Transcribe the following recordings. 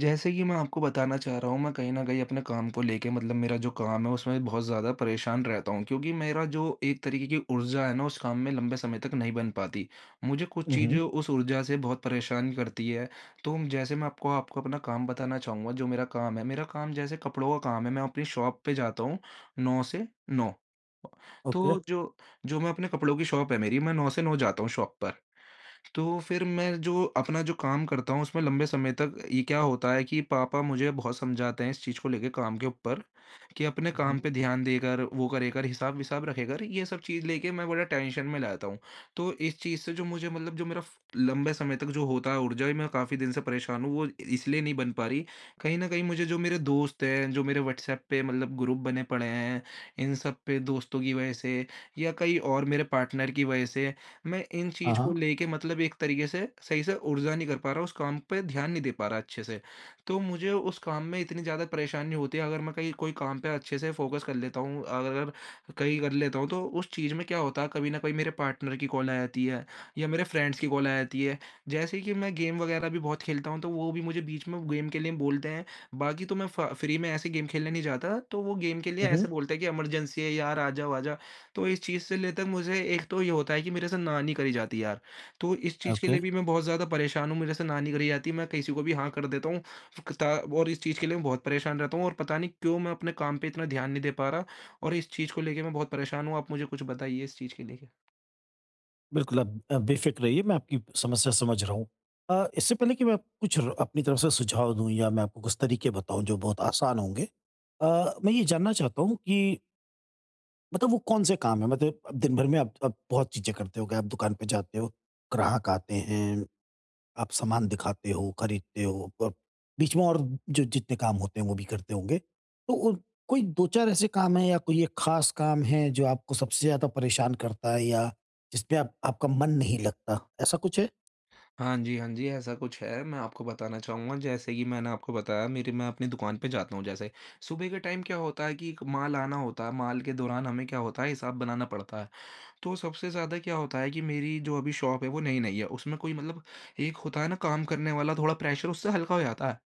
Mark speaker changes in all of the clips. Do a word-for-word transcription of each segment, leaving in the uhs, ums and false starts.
Speaker 1: जैसे कि मैं आपको बताना चाह रहा हूँ, मैं कहीं न कहीं अपने काम को लेके मतलब मेरा जो काम है उसमें बहुत ज़्यादा परेशान रहता हूँ क्योंकि मेरा जो एक तरीके की ऊर्जा है ना उस काम में लंबे समय तक नहीं बन पाती। मुझे कुछ
Speaker 2: हुँ,
Speaker 1: चीज़ें
Speaker 2: हुँ।
Speaker 1: उस ऊर्जा से बहुत परेशान करती है। तो हम- जैसे मैं आपको आपको अपना काम बताना चाहूँगा। जो मेरा काम है, मेरा काम जैसे कपड़ों का काम है, मैं अपनी शॉप पे जाता हूँ नौ से नौ।
Speaker 2: ओके।
Speaker 1: तो जो जो मैं अपने कपड़ों की शॉप है मेरी, मैं नौ से नौ जाता हूँ शॉप पर। तो फिर मैं जो अपना जो काम करता हूँ उसमें लंबे समय तक ये क्या होता है कि पापा मुझे बहुत समझाते हैं इस चीज़ को लेके काम के ऊपर कि अपने
Speaker 2: हुँ,
Speaker 1: काम
Speaker 2: हुँ।
Speaker 1: पे ध्यान देकर वो करे कर हिसाब विसाब रखे कर ये सब चीज़ लेके मैं बड़ा टेंशन में रहता हूँ। तो इस चीज़ से जो मुझे मतलब जो मेरा फ- लंबे समय तक जो होता है ऊर्जा, ये मैं काफ़ी दिन से परेशान हूँ वो इसलिए नहीं बन पा रही। कहीं ना कहीं मुझे जो मेरे दोस्त हैं जो मेरे व्हाट्सएप पे मतलब ग्रुप बने पड़े हैं, इन सब पे दोस्तों की वजह से या कई और मेरे पार्टनर की वजह से मैं इन
Speaker 2: हाँ,
Speaker 1: चीज़ को
Speaker 2: हाँ।
Speaker 1: लेके मतलब एक तरीके से सही से ऊर्जा नहीं कर पा रहा, उस काम पे ध्यान नहीं दे पा रहा अच्छे से। तो मुझे उस काम में इतनी ज़्यादा परेशानी होती है। अगर मैं कहीं कोई काम पे अच्छे से फ़ोकस कर लेता हूँ, अगर कहीं कर लेता हूँ, तो उस चीज़ में क्या होता है कभी न कभी मेरे पार्टनर की कॉल आ जाती है या मेरे फ्रेंड्स की कॉल आ जाती है। जैसे ही कि मैं गेम वगैरह भी बहुत खेलता हूँ तो वो भी मुझे बीच में गेम के लिए बोलते हैं। बाकी तो मैं फ फ्री में ऐसे गेम खेलने नहीं जाता, तो वो गेम के लिए
Speaker 2: हुँ, हुँ।
Speaker 1: ऐसे बोलते हैं कि इमरजेंसी है यार, आ जाओ, आ जा। तो इस चीज़ से लेकर मुझे एक तो ये होता है कि मेरे से ना नहीं करी जाती है यार। तो इस चीज़ के
Speaker 2: ओके,
Speaker 1: लिए भी मैं बहुत ज़्यादा परेशान हूँ, मेरे से ना नहीं करी जाती, है, मैं किसी को भी हाँ कर देता हूँ। कता और इस चीज़ के लिए मैं बहुत परेशान रहता हूँ और पता नहीं क्यों मैं अपने काम पे इतना ध्यान नहीं दे पा रहा, और इस चीज़ को लेके मैं बहुत परेशान हूँ। आप मुझे कुछ बताइए इस चीज़ के लेके?
Speaker 2: बिल्कुल आप अ, बेफ़िक्र रहिए मैं आपकी समस्या समझ रहा हूँ। अ, इससे पहले कि मैं आपको कुछ र अपनी तरफ से सुझाव दूँ या मैं आपको कुछ तरीके बताऊँ जो बहुत आसान होंगे। अ, मैं ये जानना चाहता हूँ कि मतलब वो कौन-से काम हैं? मतलब अब दिन भर में आप आप बहुत चीज़ें करते होगे, आप दुकान पे जाते हो, ग्राहक आते हैं आप सामान दिखाते हो, खरीदते हो और बीच में और जो जितने काम होते हैं वो भी करते होंगे। तो उन कोई दो चार ऐसे काम हैं या कोई एक ख़ास काम है जो आपको सबसे ज़्यादा परेशान करता है या जिसपे आप आपका मन नहीं लगता, ऐसा कुछ है?
Speaker 1: हाँ जी, हाँ जी, ऐसा कुछ है। मैं आपको बताना चाहूँगा, जैसे कि मैंने आपको बताया, मेरी मैं अपनी दुकान पे जाता हूँ जैसे। सुबह के टाइम क्या होता है कि एक माल आना होता है, माल के दौरान हमें क्या होता है हिसाब बनाना पड़ता है। तो सबसे ज़्यादा क्या होता है कि मेरी जो अभी शॉप है वो नई-नई है। उसमें कोई मतलब एक होता है ना काम करने वाला, थोड़ा प्रेशर उससे हल्का हो जाता है।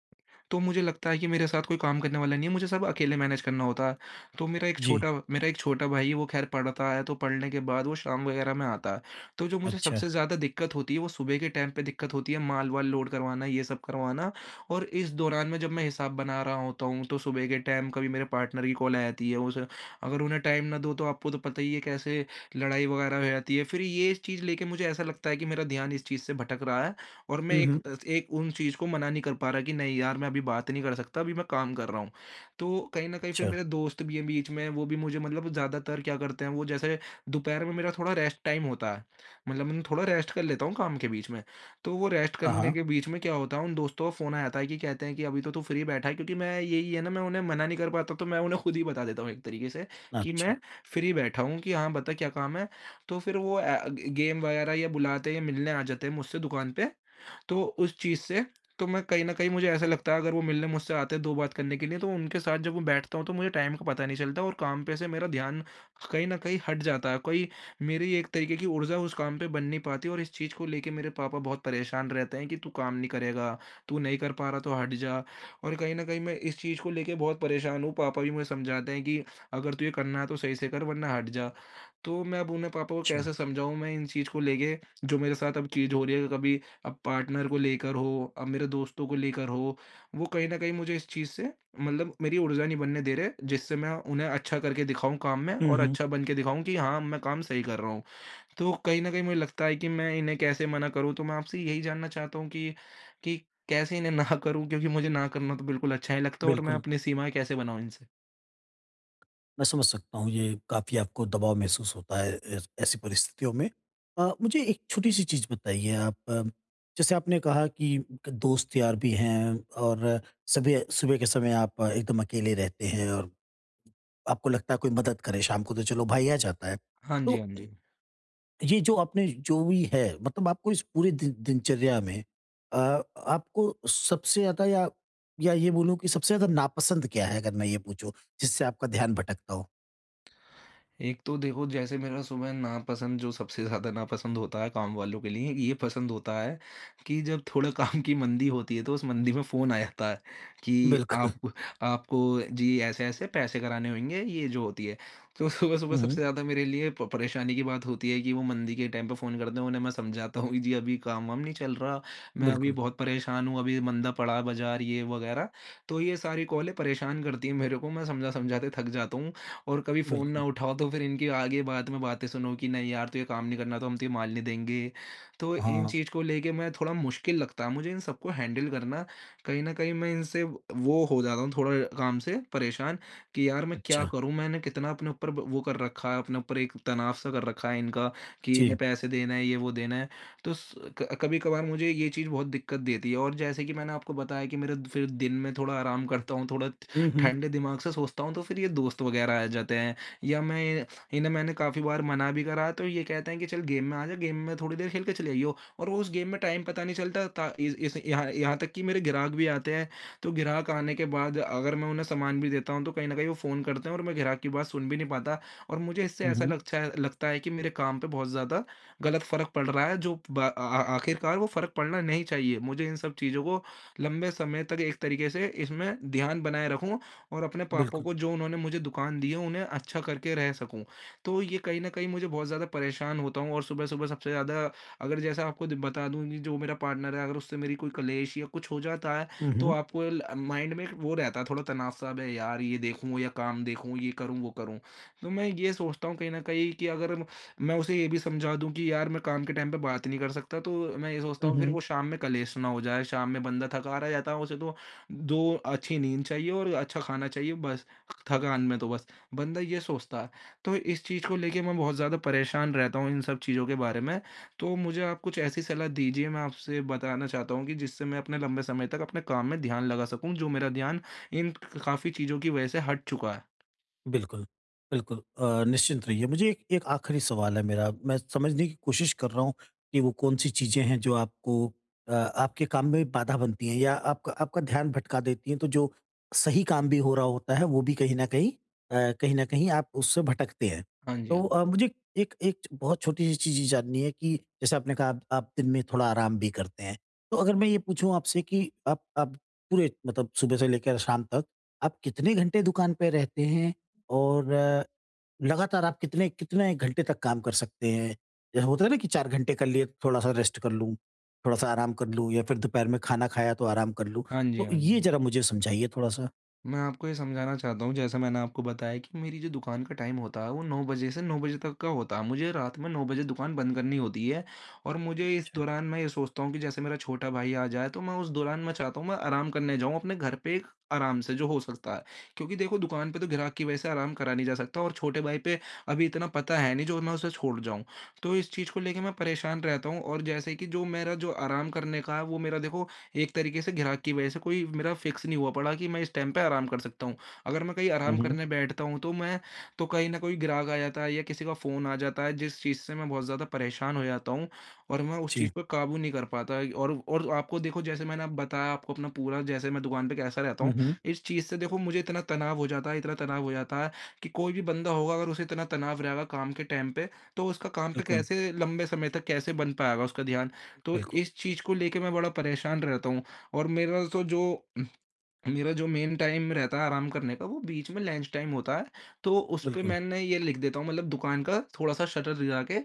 Speaker 1: तो मुझे लगता है कि मेरे साथ कोई काम करने वाला नहीं है, मुझे सब अकेले मैनेज करना होता है। तो मेरा एक
Speaker 2: जी,
Speaker 1: छोटा मेरा एक छोटा भाई है, वो ख़ैर पढ़ता है, तो पढ़ने के बाद वो शाम वग़ैरह में आता है। तो जो मुझे
Speaker 2: अच्छा।
Speaker 1: सबसे ज़्यादा दिक्कत होती है, वो सुबह के टाइम पे दिक्कत होती है, माल-वाल लोड करवाना, ये सब करवाना। और इस दौरान में जब मैं हिसाब बना रहा होता हूँ, तो सुबह के टाइम कभी मेरे पार्टनर की कॉल आ जाती है। उसे अगर उन्हें टाइम ना दो, तो आपको तो पता ही है कैसे लड़ाई वग़ैरह हो जाती है। फिर ये चीज़ लेके मुझे ऐसा लगता है कि मेरा ध्यान इस चीज़ से भटक रहा है और मैं
Speaker 2: हुँ,
Speaker 1: एक
Speaker 2: हुँ।
Speaker 1: एक उन चीज़ को मना नहीं कर पा रहा कि नहीं यार, मैं अभी बात नहीं कर सकता, अभी मैं काम कर रहा हूँ। तो कहीं न कहीं फिर
Speaker 2: अच्छा।
Speaker 1: मेरे दोस्त भी हैं बीच में, वो भी मुझे मतलब ज़्यादातर क्या करते हैं वो, जैसे दोपहर में मेरा थोड़ा रेस्ट टाइम होता है। मतलब मैं थोड़ा रेस्ट कर लेता हूँ काम के बीच में। तो वो रेस्ट
Speaker 2: हाँ,
Speaker 1: करने
Speaker 2: हाँ।
Speaker 1: के बीच में क्या होता है उन दोस्तों का फ़ोन आ जाता है कि कहते हैं कि अभी तो तू फ्री बैठा है, क्योंकि मैं यही है ना, मैं उन्हें मना नहीं कर पाता तो मैं उन्हें खुद ही बता देता हूँ एक तरीके से कि
Speaker 2: अच्छा,
Speaker 1: मैं फ्री बैठा हूँ कि हाँ, बता क्या काम है? तो फिर वो अ, गेम वगैरह या बुलाते हैं या मिलने आ जाते हैं मुझसे दुकान पे। तो उस चीज़ से तो मैं कहीं न कहीं मुझे ऐसा लगता है, अगर वो मिलने मुझसे आते हैं दो बात करने के लिए, तो उनके साथ जब मैं बैठता हूँ तो मुझे टाइम का पता नहीं चलता और काम पे से मेरा ध्यान कहीं न कहीं हट जाता है। कोई मेरी एक तरीके की ऊर्जा उस काम पे बन नहीं पाती, और इस चीज़ को लेके मेरे पापा बहुत परेशान रहते हैं कि तू काम नहीं करेगा, तू नहीं कर पा रहा तो हट जा। और कहीं न कहीं मैं इस चीज़ को लेके बहुत परेशान हूँ, पापा भी मुझे समझाते हैं कि अगर तुझे करना है तो सही से कर, वरना हट जा। तो मैं अब उन्हें पापा को
Speaker 2: अच्छा।
Speaker 1: कैसे समझाऊँ मैं इन चीज़ को लेके जो मेरे साथ अब चीज़ हो रही है, कभी अब पार्टनर को लेकर हो, अब मेरे दोस्तों को लेकर हो, वो कहीं न कहीं मुझे इस चीज़ से मतलब मेरी ऊर्जा नहीं बनने दे रहे, जिससे मैं उन्हें अच्छा करके दिखाऊँ काम में
Speaker 2: हुँ,
Speaker 1: और
Speaker 2: हुँ।
Speaker 1: अच्छा बन के दिखाऊँ कि हाँ, मैं काम सही कर रहा हूँ। तो कहीं न कहीं मुझे लगता है कि मैं इन्हें कैसे मना करूँ? तो मैं आपसे यही जानना चाहता हूँ कि कि कैसे इन्हें ना करूँ? क्योंकि मुझे ना करना तो बिल्कुल अच्छा नहीं लगता है, और मैं
Speaker 2: बिल्कुल।
Speaker 1: अपनी सीमाएँ कैसे बनाऊँ इनसे?
Speaker 2: मैं समझ सकता हूँ ये काफ़ी आपको दबाव महसूस होता है ऐस- ऐसी परिस्थितियों में। अ, मुझे एक छोटी सी चीज़ बताइए आप अ, जैसे आपने कहा कि क- दोस्त यार भी हैं और सभी सुबह के समय आप अ, एकदम अकेले रहते हैं और आपको लगता है कोई मदद करे शाम को तो चलो भाई आ जाता है।
Speaker 1: हाँ जी,
Speaker 2: तो
Speaker 1: हाँ जी।
Speaker 2: ये जो आपने जो भी है मतलब आपको इस पूरी दिन- दिनचर्या में अ, आपको सबसे ज़्यादा या या ये बोलूं कि सबसे ज़्यादा नापसंद क्या है अगर मैं ये पूछूं जिससे आपका ध्यान भटकता हो?
Speaker 1: एक तो देखो, जैसे मेरा सुबह नापसंद जो सबसे ज़्यादा नापसंद होता है, काम वालों के लिए ये पसंद होता है, कि जब थोड़ा काम की मंदी होती है तो उस मंदी में फ़ोन आ जाता है कि
Speaker 2: बिल्कुल।
Speaker 1: आप आपको जी ऐसे-ऐसे पैसे कराने होंगे, ये जो होती है। तो सुबह-सुबह
Speaker 2: हुँ, हुँ।
Speaker 1: सबसे ज़्यादा मेरे लिए प परेशानी की बात होती है कि वो मंदी के टाइम पे फ़ोन करते हैं, उन्हें मैं समझाता हूँ कि जी अभी काम-वाम नहीं चल रहा, मैं अभी
Speaker 2: बिल्कुल,
Speaker 1: बहुत परेशान हूँ, अभी मंदा पड़ा है बाज़ार, ये वग़ैरह। तो ये सारी कॉलें परेशान करती हैं मेरे को, मैं समझा-समझाते थक जाता हूँ, और कभी फ़ोन ना
Speaker 2: बिल्कुल।
Speaker 1: उठाओ तो फिर इनकी आगे बाद में बातें सुनो कि नहीं यार, तो ये काम नहीं करना तो हम तुझे मारने देंगे। तो इन
Speaker 2: हाँ।
Speaker 1: चीज़ को लेके मैं थोड़ा मुश्किल लगता है मुझे इन सबको हैंडल करना। कहीं न कहीं मैं इनसे वो हो जाता हूँ थोड़ा काम से परेशान, कि यार मैं क्या
Speaker 2: अच्छा,
Speaker 1: करूँ? मैंने कितना अपने ऊपर ब वो कर रखा है, अपने ऊपर एक तनाव सा कर रखा है इनका कि
Speaker 2: जी।
Speaker 1: इन्हें पैसे देना है, ये वो देना है। तो स क कभी-कभार मुझे ये चीज़ बहुत दिक्कत देती है, और जैसे कि मैंने आपको बताया कि मेरा फिर दिन में थोड़ा आराम करता हूँ, थोड़ा
Speaker 2: हुँ, हुँ।
Speaker 1: ठंडे दिमाग से सोचता हूँ तो फिर ये दोस्त वगैरह आ जाते हैं, या मैं इन्हें मैंने काफ़ी बार मना भी करा है, तो ये कहते हैं कि चल गेम में आ जा, गेम में थोड़ी देर खेल के चले आइयो। और वो उस गेम में टाइम पता नहीं चलता, ता- इस इस- यहाँ यहाँ तक कि मेरे ग्राहक भी आते हैं तो ग्राहक आने के बाद अगर मैं उन्हें सामान भी देता हूँ तो कहीं ना कहीं वो फ़ोन करते हैं और मैं ग्राहक की बात सुन भी नहीं पाता, और मुझे इससे
Speaker 2: हुँ,
Speaker 1: ऐसा
Speaker 2: हुँ।
Speaker 1: लगता है लगता है कि मेरे काम पे बहुत ज़्यादा गलत फ़र्क पड़ रहा है। जो बा- आ- आ- आखिरकार वो फ़र्क पड़ना नहीं चाहिए, मुझे इन सब चीज़ों को लंबे समय तक एक तरीके से इसमें ध्यान बनाए रखूं और अपने पापा
Speaker 2: बिल्कुल।
Speaker 1: को जो उन्होंने मुझे दुकान दी है, उन्हें अच्छा करके रह सकूँ। तो ये कहीं न कहीं मुझे बहुत ज़्यादा परेशान होता हूँ, और सुबह-सुबह सबसे ज़्यादा अगर जैसा आपको द बता दूँ कि जो मेरा पार्टनर है, अगर उससे मेरी कोई क्लेश या कुछ हो जाता है,
Speaker 2: हुँ,
Speaker 1: तो
Speaker 2: हुँ।
Speaker 1: आपको ल माइंड में एक वो रहता है थोड़ा तनाव-सा। "अबे यार! ये देखूँ या काम देखूँ, ये करूँ, वो करूँ।" तो मैं ये सोचता हूँ कहीं न कहीं कि अगर मैं उसे ये भी समझा दूँ कि यार, मैं काम के टाइम पे बात नहीं कर सकता, तो मैं ये सोचता
Speaker 2: हुँ,
Speaker 1: हूँ फिर
Speaker 2: हुँ।
Speaker 1: वो शाम में क्लेश ना हो जाए। शाम में बंदा थका रह जाता है, उसे तो दो अच्छी नींद चाहिए और अच्छा खाना चाहिए, बस। थकान में तो बस, बंदा ये सोचता है। तो इस चीज़ को लेके मैं बहुत ज़्यादा परेशान रहता हूँ इन सब चीज़ों के बारे में। तो मुझे आप कुछ ऐसी सलाह दीजिए, मैं आपसे बताना चाहता हूँ कि जिससे मैं अपने लंबे समय तक अपने काम में ध्यान लगा सकूँ, जो मेरा ध्यान इन काफ़ी चीज़ों की वजह से हट चुका है।
Speaker 2: बिल्कुल, बिल्कुल अ, निश्चिंत रहिए। मुझे एक एक आखिरी सवाल है मेरा, मैं समझने की कोशिश कर रहा हूँ कि वो कौन-सी चीज़ें हैं जो आपको अ, आपके काम में बाधा बनती हैं या आपका आपका ध्यान भटका देती हैं, तो जो सही काम भी हो रहा होता है, वो भी कहीं न कहीं अ, कहीं न कहीं आप उससे भटकते हैं।
Speaker 1: हाँ जी,
Speaker 2: तो
Speaker 1: हाँ जी।
Speaker 2: अ, मुझे एक एक बहुत छोटी-सी चीज़ ये जाननी है कि जैसे आपने कहा आप आप दिन में थोड़ा आराम भी करते हैं, तो अगर मैं ये पूछूँ आपसे कि आप आप पूरे मतलब सुबह से लेकर शाम तक, आप कितने घंटे दुकान पे रहते हैं? और अ, लगातार आप कितने कितने घंटे तक काम कर सकते हैं? जैसे होता है ना कि चार घंटे कर लिए, थोड़ा-सा रेस्ट कर लूँ, थोड़ा-सा आराम कर लूँ या फिर दोपहर में खाना खाया तो आराम कर लूँ।
Speaker 1: हाँ जी,
Speaker 2: तो
Speaker 1: हाँ
Speaker 2: ये
Speaker 1: जी।
Speaker 2: ज़रा मुझे समझाइए थोड़ा-सा?
Speaker 1: मैं आपको ये समझाना चाहता हूँ, जैसा मैंने आपको बताया, कि मेरी जो दुकान का टाइम होता है, वो नौ बजे से नौ बजे तक का होता है। मुझे रात में नौ बजे दुकान बंद करनी होती है, और मुझे इस
Speaker 2: अच्छा।
Speaker 1: दौरान मैं ये सोचता हूँ कि जैसे मेरा छोटा भाई आ जाए, तो मैं उस दौरान मैं चाहता हूँ, मैं आराम करने जाऊँ अपने घर पे एक आराम से, जो हो सकता है। क्योंकि देखो, दुकान पे तो ग्राहक की वजह से आराम करा नहीं जा सकता, और छोटे भाई पे अभी इतना पता है नहीं, जो मैं उसे छोड़ जाऊँ। तो इस चीज़ को लेके मैं परेशान रहता हूँ, और जैसे कि जो मेरा जो आराम करने का है, वो मेरा देखो एक तरीके से ग्राहक की वजह से कोई मेरा फिक्स नहीं हुआ पड़ा कि मैं इस टाइम पे आराम कर सकता हूँ। अगर मैं कहीं
Speaker 2: हुँ,
Speaker 1: आराम
Speaker 2: हुँ।
Speaker 1: करने बैठता हूँ तो मैं तो कहीं न कहीं ग्राहक आ जाता है या किसी का फ़ोन आ जाता है, जिस चीज़ से मैं बहुत ज़्यादा परेशान हो जाता हूँ, और मैं उस
Speaker 2: जी।
Speaker 1: चीज़ पे काबू नहीं कर पाता। और और आपको देखो, जैसे मैंने अब बताया आपको अपना पूरा, जैसे मैं दुकान पे कैसा रहता
Speaker 2: हुँ,
Speaker 1: हूँ,
Speaker 2: हुँ।
Speaker 1: इस चीज़ से देखो मुझे इतना तनाव हो जाता है, इतना तनाव हो जाता है कि कोई भी बंदा होगा अगर उसे इतना तनाव रहेगा काम के टाइम पे, तो उसका काम पे
Speaker 2: बिल्कुल,
Speaker 1: कैसे लंबे समय तक कैसे बन पाएगा उसका ध्यान? तो
Speaker 2: बिल्कुल,
Speaker 1: इस चीज़ को लेके मैं बड़ा परेशान रहता हूँ, और मेरा तो जो मेरा जो मेन टाइम रहता है आराम करने का, वो बीच में लंच टाइम होता है। तो उस पे
Speaker 2: बिल्कुल।
Speaker 1: मैंने ये लिख देता हूँ, मतलब दुकान का थोड़ा-सा शटर गिरा के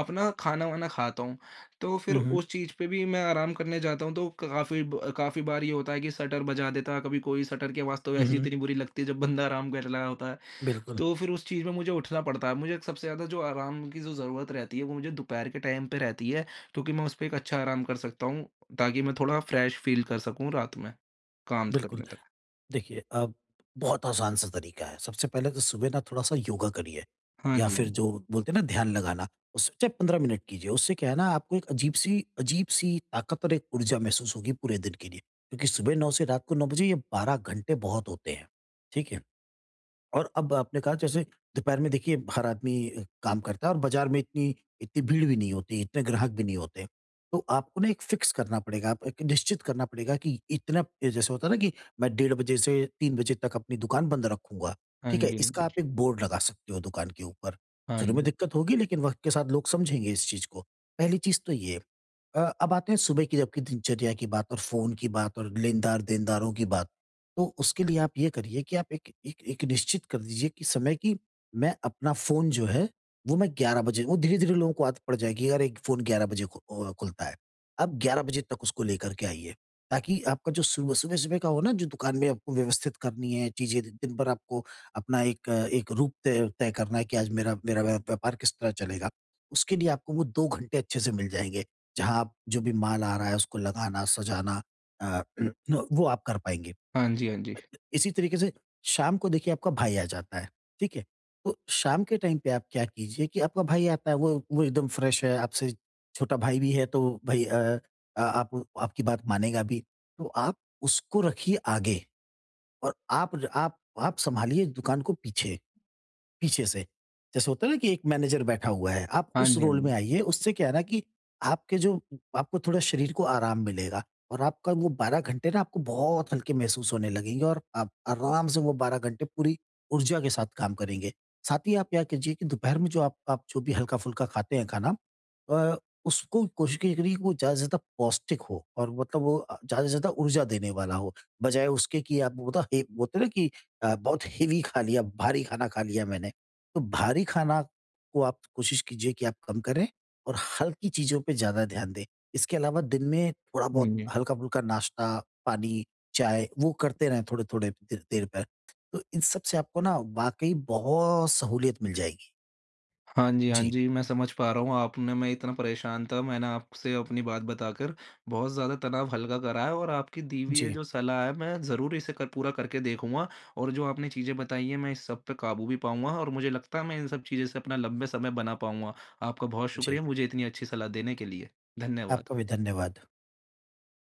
Speaker 1: अपना खाना-वाना खाता हूँ। तो फिर
Speaker 2: हुँ, हुँ।
Speaker 1: उस चीज़ पे भी मैं आराम करने जाता हूँ तो काफ़ी ब काफ़ी बार ये होता है कि शटर बजा देता है, कभी कोई शटर की आवाज़ तो
Speaker 2: हुँ,
Speaker 1: वैसे ही
Speaker 2: हुँ।
Speaker 1: इतनी बुरी लगती है जब बंदा आराम कर रहा होता है।
Speaker 2: बिल्कुल,
Speaker 1: तो फिर उस चीज़ में मुझे उठना पड़ता है। मुझे सबसे ज़्यादा जो आराम की जो ज़रूरत रहती है वो मुझे दोपहर के टाइम पे रहती है, क्योंकि मैं उस पे एक अच्छा आराम कर सकता हूँ ताकि मैं थोड़ा फ्रेश फ़ील कर सकूँ रात में काम
Speaker 2: बिल्कुल।
Speaker 1: करने तक।
Speaker 2: देखिए अब बहुत आसान सा तरीका है। सबसे पहले तो सुबह ना थोड़ा-सा योगा करिए
Speaker 1: हाँ
Speaker 2: या
Speaker 1: जी,
Speaker 2: फिर जो बोलते हैं ना ध्यान लगाना, उससे चाहे पंद्रह मिनट कीजिए। उससे क्या है ना आपको एक अजीब-सी अजीब-सी ताकत और एक ऊर्जा महसूस होगी पूरे दिन के लिए। क्योंकि सुबह नौ से रात को नौ बजे ये बारह घंटे बहुत होते हैं। ठीक है? और अब आपने कहा जैसे दोपहर में देखिए हर आदमी अ, काम करता है और बाजार में इतनी इतनी भीड़ भी नहीं होती, इतने ग्राहक भी नहीं होते। तो आपको ना एक फ़िक्स करना पड़ेगा, आप एक निश्चित करना पड़ेगा कि इतना ए, जैसे होता है ना कि मैं डेढ़ बजे से तीन बजे तक अपनी दुकान बंद रखूँगा,
Speaker 1: हाँ
Speaker 2: ठीक है?
Speaker 1: जी।
Speaker 2: इसका आप एक बोर्ड लगा सकते हो दुकान के ऊपर।
Speaker 1: हाँ जी,
Speaker 2: शुरू
Speaker 1: हाँ
Speaker 2: में
Speaker 1: जी।
Speaker 2: दिक्कत होगी लेकिन वक़्त के साथ लोग समझेंगे इस चीज़ को। पहली चीज़ तो ये है। अ, अब आते हैं सुबह की आपकी दिनचर्या की बात और फ़ोन की बात और लेनदार देनदारों की बात। तो उसके लिए आप ये करिए कि आप एक एक एक निश्चित कर दीजिए कि समय की मैं अपना फ़ोन जो है, वो मैं ग्यारह बजे वो धीरे-धीरे लोगों को आदत पड़ जाएगी यार एक फ़ोन ग्यारह बजे खु अ, खुलता है। आप ग्यारह बजे तक उसको लेकर के आइए, ताकि आपका जो सुबह सुबह-सुबह का हो ना जो दुकान में आपको व्यवस्थित करनी है चीज़ें दिन दिन भर आपको अपना एक अ, एक रूप तय तय करना है कि आज मेरा मेरा व्या व्यापार किस तरह चलेगा। उसके लिए आपको वो दो घंटे अच्छे से मिल जाएँगे। जहाँ आप जो भी माल आ रहा है उसको लगाना, सजाना अ, वो आप कर पाएँगे।
Speaker 1: हाँ जी। हाँ जी, हाँ जी।
Speaker 2: इसी तरीके से शाम को देखिए आपका भाई आ जाता है, ठीक है? तो शाम के टाइम पे आप क्या कीजिए कि आपका भाई आता है, वो वो एकदम फ्रेश है, आपसे छोटा भाई भी है तो भाई अ अ, आप आपकी बात मानेगा भी। तो आप उसको रखिए आगे और आप र आप आप सँभालिए दुकान को पीछे। पीछे से। जैसे होता है ना कि एक मैनेजर बैठा हुआ है, आप
Speaker 1: हाँ
Speaker 2: उस
Speaker 1: जी, हाँ
Speaker 2: रोल में
Speaker 1: जी।
Speaker 2: आइए, उससे क्या है ना कि आपके जो आपको थोड़ा शरीर को आराम मिलेगा और आपका वो बारह घंटे ना आपको बहुत हल्के महसूस होने लगेंगे और आप आराम से वो बारह घंटे पूरी ऊर्जा के साथ काम करेंगे। साथ ही आप क्या कीजिए कि दोपहर में जो आप आप जो भी हल्का-फुल्का खाते हैं खाना, अ, उसको कोशिश की करिए कि वो ज़्यादा से ज़्यादा पौष्टिक हो और मतलब वो अ, ज़्यादा से ज़्यादा ऊर्जा देने वाला हो, बजाय उसके कि आप मतलब हे बोलते हैं ना कि अ, बहुत हेवी खा लिया, भारी खाना खा लिया मैंने। तो भारी खाना को आप कोशिश कीजिए कि आप कम करें और हल्की चीज़ों पे ज़्यादा ध्यान दें। इसके अलावा दिन में थोड़ा
Speaker 1: हाँ
Speaker 2: बहुत
Speaker 1: जी।
Speaker 2: हल्का-फुल्का नाश्ता, पानी, चाय वो करते रहें थोड़े-थोड़े देर देर पर। तो इन सब से आपको ना वाक़ई बहुत सहूलियत मिल जाएगी।
Speaker 1: हाँ जी, हाँ
Speaker 2: जी।
Speaker 1: जी, मैं समझ पा रहा हूँ। आपने, मैं इतना परेशान था, मैंने आपसे अपनी बात बताकर बहुत ज़्यादा तनाव हल्का करा है, और आपकी दी हुई ये
Speaker 2: जी,
Speaker 1: जो सलाह है, मैं ज़रूर इसे कर पूरा करके देखूँगा, और जो आपने चीज़ें बताई हैं, मैं इस सब पे काबू भी पाऊँगा, और मुझे लगता है मैं इन सब चीज़ों से अपना लंबे समय बना पाऊँगा। आपका बहुत
Speaker 2: जी।
Speaker 1: शुक्रिया मुझे इतनी अच्छी सलाह देने के लिए।
Speaker 2: आपका भी
Speaker 1: धन्यवाद।
Speaker 2: धन्यवाद।